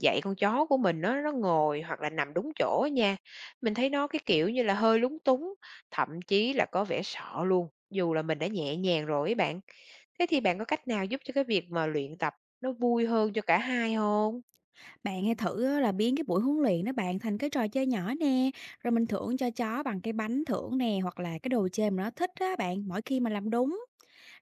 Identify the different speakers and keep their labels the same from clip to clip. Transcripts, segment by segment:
Speaker 1: Dạy con chó của mình nó ngồi hoặc là nằm đúng chỗ á nha. Mình thấy nó, cái kiểu như là, hơi lúng túng, thậm chí là có vẻ sợ luôn, dù là mình đã nhẹ nhàng rồi ấy bạn. Thế thì bạn có cách nào giúp cho cái việc mà luyện tập nó vui hơn cho cả hai không?
Speaker 2: Bạn hãy thử á, là biến cái buổi huấn luyện đó bạn thành cái trò chơi nhỏ nè, rồi mình thưởng cho chó bằng cái bánh thưởng nè, hoặc là cái đồ chơi mà nó thích á bạn, mỗi khi mà làm đúng.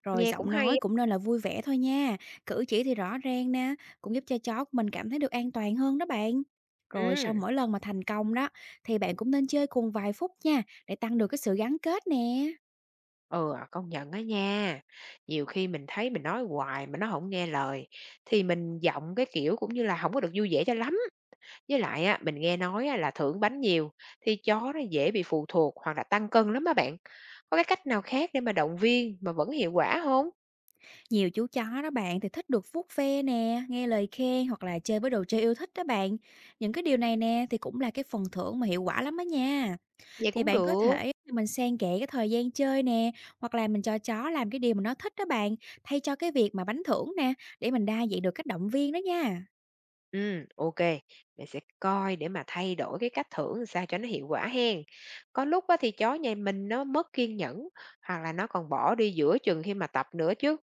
Speaker 2: Rồi
Speaker 1: Nghe cũng
Speaker 2: giọng
Speaker 1: hay
Speaker 2: nói
Speaker 1: á.
Speaker 2: cũng nên là vui vẻ thôi nha, cử chỉ thì rõ ràng nè, cũng giúp cho chó của mình cảm thấy được an toàn hơn đó bạn. Rồi sau
Speaker 1: Ừm,
Speaker 2: mỗi lần mà thành công đó, thì bạn cũng nên chơi cùng vài phút nha, để tăng được cái sự gắn kết nè.
Speaker 1: ừ, à, công nhận á nha. Nhiều khi mình thấy mình nói hoài mà nó không nghe lời, thì mình giọng, cái kiểu, cũng như là không có được vui vẻ cho lắm. Với lại á, mình nghe nói á, là thưởng bánh nhiều thì chó nó dễ bị phụ thuộc hoặc là tăng cân lắm á bạn. Có cái cách nào khác để mà động viên mà vẫn hiệu quả không?
Speaker 2: Nhiều chú chó đó bạn thì thích được vuốt ve nè, nghe lời khen, hoặc là chơi với đồ chơi yêu thích đó bạn. Những cái điều này nè thì cũng là cái phần thưởng mà hiệu quả lắm đó nha.
Speaker 1: Vậy
Speaker 2: Thì
Speaker 1: cũng
Speaker 2: bạn có
Speaker 1: được.
Speaker 2: thể mình xen kẽ cái thời gian chơi nè, hoặc là mình cho chó làm cái điều mà nó thích đó bạn, thay cho cái việc mà bánh thưởng nè, để mình đa dạng được cách động viên đó nha.
Speaker 1: Ừ, ok. Mình sẽ coi để mà thay đổi cái cách thưởng sao cho nó hiệu quả hen. Có lúc á, thì chó nhà mình nó mất kiên nhẫn hoặc là nó còn bỏ đi giữa chừng khi mà tập nữa chứ.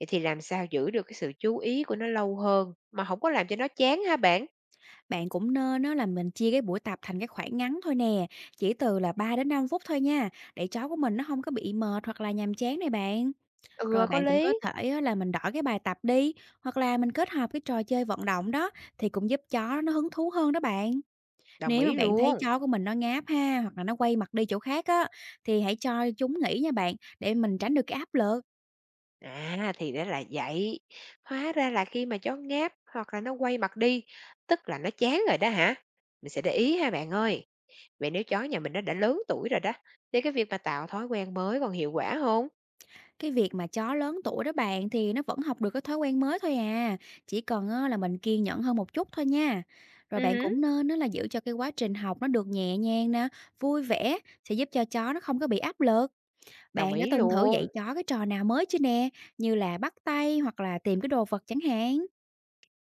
Speaker 1: Vậy thì làm sao giữ được cái sự chú ý của nó lâu hơn mà không có làm cho nó chán ha bạn?
Speaker 2: Bạn cũng nên đó là mình chia cái buổi tập thành cái khoảng ngắn thôi nè, chỉ từ là 3 đến 5 phút thôi nha, để chó của mình nó không có bị mệt hoặc là nhàm chán này bạn. Rồi
Speaker 1: Ừ, có
Speaker 2: bạn cũng có
Speaker 1: lý.
Speaker 2: thể á là mình đổi cái bài tập đi, hoặc là mình kết hợp cái trò chơi vận động đó, thì cũng giúp chó nó hứng thú hơn đó bạn.
Speaker 1: Đồng
Speaker 2: Nếu mà
Speaker 1: ý
Speaker 2: bạn thấy
Speaker 1: luôn.
Speaker 2: chó của mình nó ngáp ha, hoặc là nó quay mặt đi chỗ khác á, thì hãy cho chúng nghỉ nha bạn, để mình tránh được cái áp lực.
Speaker 1: À, thì đó là vậy. Hóa ra là khi mà chó ngáp hoặc là nó quay mặt đi, tức là nó chán rồi đó hả? Mình sẽ để ý ha bạn ơi. Vậy nếu chó nhà mình nó đã lớn tuổi rồi đó, thì cái việc mà tạo thói quen mới còn hiệu quả không?
Speaker 2: Cái việc mà chó lớn tuổi đó bạn thì nó vẫn học được cái thói quen mới thôi à, chỉ cần á là mình kiên nhẫn hơn một chút thôi nha. Rồi
Speaker 1: Ừ,
Speaker 2: bạn
Speaker 1: hứ,
Speaker 2: cũng nên á là giữ cho cái quá trình học nó được nhẹ nhàng nè, vui vẻ, sẽ giúp cho chó nó không có bị áp lực.
Speaker 1: đồng
Speaker 2: Bạn đã
Speaker 1: ý
Speaker 2: từng thử dạy
Speaker 1: luôn.
Speaker 2: chó cái trò nào mới chưa nè? Như là bắt tay hoặc là tìm cái đồ vật chẳng hạn.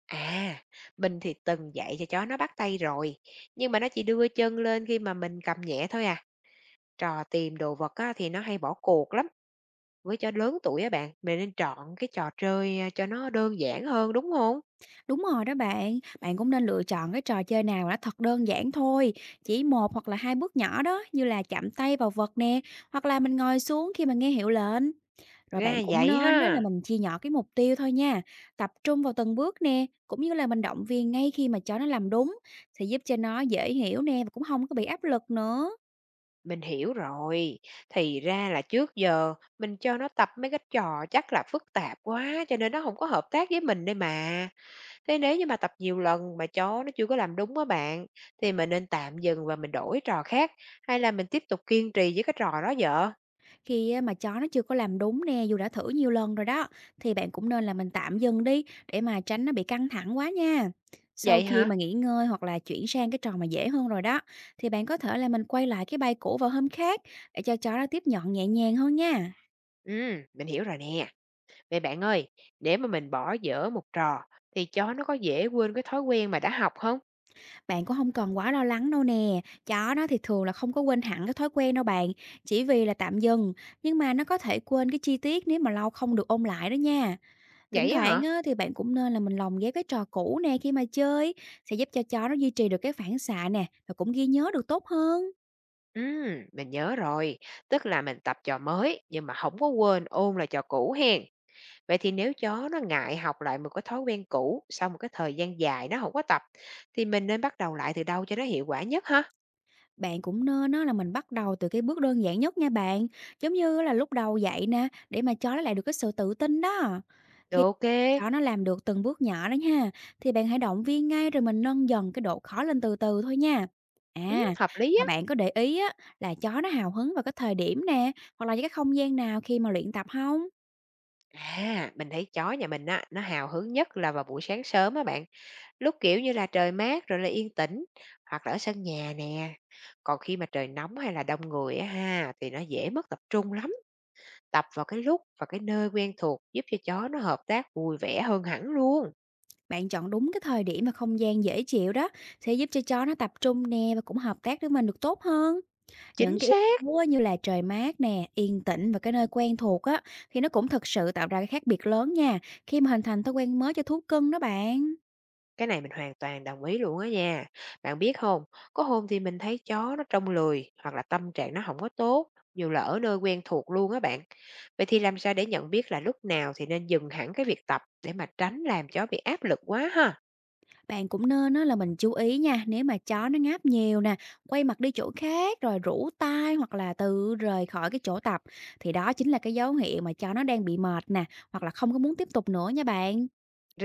Speaker 1: À, mình thì từng dạy cho chó nó bắt tay rồi, nhưng mà nó chỉ đưa chân lên khi mà mình cầm nhẹ thôi à. Trò tìm đồ vật á, thì nó hay bỏ cuộc lắm. Với chó lớn tuổi á bạn, mình nên chọn cái trò chơi à, cho nó đơn giản hơn đúng không?
Speaker 2: Đúng rồi đó bạn, bạn cũng nên lựa chọn cái trò chơi nào mà nó thật đơn giản thôi, chỉ một hoặc là hai bước nhỏ đó, như là chạm tay vào vật nè, hoặc là mình ngồi xuống khi mà nghe hiệu lệnh. Rồi
Speaker 1: Ra
Speaker 2: bạn cũng
Speaker 1: vậy
Speaker 2: nên đó là
Speaker 1: ha.
Speaker 2: mình chia nhỏ cái mục tiêu thôi nha, tập trung vào từng bước nè, cũng như là mình động viên ngay khi mà chó nó làm đúng, sẽ giúp cho nó dễ hiểu nè, và cũng không có bị áp lực nữa.
Speaker 1: Mình hiểu rồi. Thì ra là trước giờ mình cho nó tập mấy cái trò chắc là phức tạp quá cho nên nó không có hợp tác với mình đây mà. Thế nếu như mà tập nhiều lần mà chó nó chưa có làm đúng á bạn, thì mình nên tạm dừng và mình đổi trò khác, hay là mình tiếp tục kiên trì với cái trò đó vợ.
Speaker 2: Khi á mà chó nó chưa có làm đúng nè, dù đã thử nhiều lần rồi đó, thì bạn cũng nên là mình tạm dừng đi, để mà tránh nó bị căng thẳng quá nha. Sau
Speaker 1: Vậy
Speaker 2: khi mà
Speaker 1: hả?
Speaker 2: nghỉ ngơi hoặc là chuyển sang cái trò mà dễ hơn rồi đó, thì bạn có thể là mình quay lại cái bài cũ vào hôm khác, để cho chó nó tiếp nhận nhẹ nhàng hơn nha.
Speaker 1: Mình hiểu rồi nè. Vậy bạn ơi, nếu mà mình bỏ dở một trò thì chó nó có dễ quên cái thói quen mà đã học không?
Speaker 2: Bạn cũng không cần quá lo lắng đâu nè. Chó nó thì thường là không có quên hẳn cái thói quen đâu bạn, chỉ vì là tạm dừng, nhưng mà nó có thể quên cái chi tiết nếu mà lâu không được ôn lại đó nha. Thỉnh
Speaker 1: Vậy á
Speaker 2: thoảng
Speaker 1: hả?
Speaker 2: á, thì bạn cũng nên là mình lồng ghép cái trò cũ nè khi mà chơi, sẽ giúp cho chó nó duy trì được cái phản xạ nè, và cũng ghi nhớ được tốt hơn.
Speaker 1: Mình nhớ rồi, tức là mình tập trò mới nhưng mà không có quên ôn lại trò cũ hen. Vậy thì nếu chó nó ngại học lại một cái thói quen cũ sau một cái thời gian dài nó không có tập, thì mình nên bắt đầu lại từ đâu cho nó hiệu quả nhất ha?
Speaker 2: Bạn cũng nên á, là mình bắt đầu từ cái bước đơn giản nhất nha bạn, giống như là lúc đầu dạy nè, để mà chó nó lại được cái sự tự tin đó.
Speaker 1: Được,
Speaker 2: Khi
Speaker 1: ok.
Speaker 2: chó nó làm được từng bước nhỏ đó nha, thì bạn hãy động viên ngay, rồi mình nâng dần cái độ khó lên từ từ thôi nha. Ừ.
Speaker 1: Ừm,
Speaker 2: À,
Speaker 1: hợp lý
Speaker 2: mà
Speaker 1: á.
Speaker 2: bạn có để ý á, là chó nó hào hứng vào cái thời điểm nè, hoặc là những cái không gian nào khi mà luyện tập không?
Speaker 1: À, mình thấy chó nhà mình á, nó hào hứng nhất là vào buổi sáng sớm á bạn, lúc, kiểu như là, trời mát rồi là yên tĩnh, hoặc là ở sân nhà nè. Còn khi mà trời nóng hay là đông người á ha, thì nó dễ mất tập trung lắm. Tập vào cái lúc và cái nơi quen thuộc giúp cho chó nó hợp tác vui vẻ hơn hẳn luôn.
Speaker 2: Bạn chọn đúng cái thời điểm và không gian dễ chịu đó, sẽ giúp cho chó nó tập trung nè, và cũng hợp tác với mình được tốt hơn.
Speaker 1: Chính
Speaker 2: Những cái
Speaker 1: xác,
Speaker 2: yếu tố á, như là trời mát nè, yên tĩnh và cái nơi quen thuộc á, thì nó cũng thực sự tạo ra cái khác biệt lớn nha, khi mà hình thành thói quen mới cho thú cưng đó bạn.
Speaker 1: cái này mình hoàn toàn đồng ý luôn á nha. Bạn biết không, có hôm thì mình thấy chó nó trông lười hoặc là tâm trạng nó không có tốt, dù là ở nơi quen thuộc luôn á bạn. Vậy thì làm sao để nhận biết là lúc nào thì nên dừng hẳn cái việc tập để mà tránh làm chó bị áp lực quá ha.
Speaker 2: Bạn cũng nên á, là mình chú ý nha, nếu mà chó nó ngáp nhiều nè, quay mặt đi chỗ khác, rồi rũ tai, hoặc là tự rời khỏi cái chỗ tập, thì đó chính là cái dấu hiệu mà chó nó đang bị mệt nè, hoặc là không có muốn tiếp tục nữa nha bạn.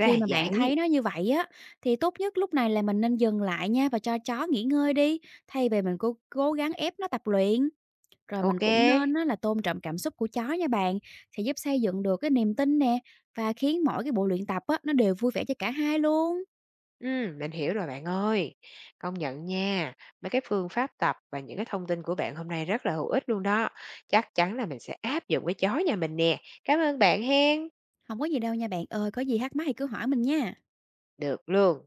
Speaker 2: Khi mà bạn
Speaker 1: vậy.
Speaker 2: thấy nó như vậy á, thì tốt nhất lúc này là mình nên dừng lại nha, và cho chó nghỉ ngơi đi, thay vì mình cố cố gắng ép nó tập luyện. Rồi mình
Speaker 1: Ok.
Speaker 2: cũng nên á là tôn trọng cảm xúc của chó nha bạn, sẽ giúp xây dựng được cái niềm tin nè, và khiến mỗi cái buổi luyện tập á, nó đều vui vẻ cho cả hai luôn.
Speaker 1: Mình hiểu rồi bạn ơi. Công nhận nha, mấy cái phương pháp tập và những cái thông tin của bạn hôm nay rất là hữu ích luôn đó. Chắc chắn là mình sẽ áp dụng cái chó nhà mình nè. Cảm ơn bạn hen.
Speaker 2: Không có gì đâu nha bạn ơi, có gì thắc mắc thì cứ hỏi mình nha.
Speaker 1: Được luôn.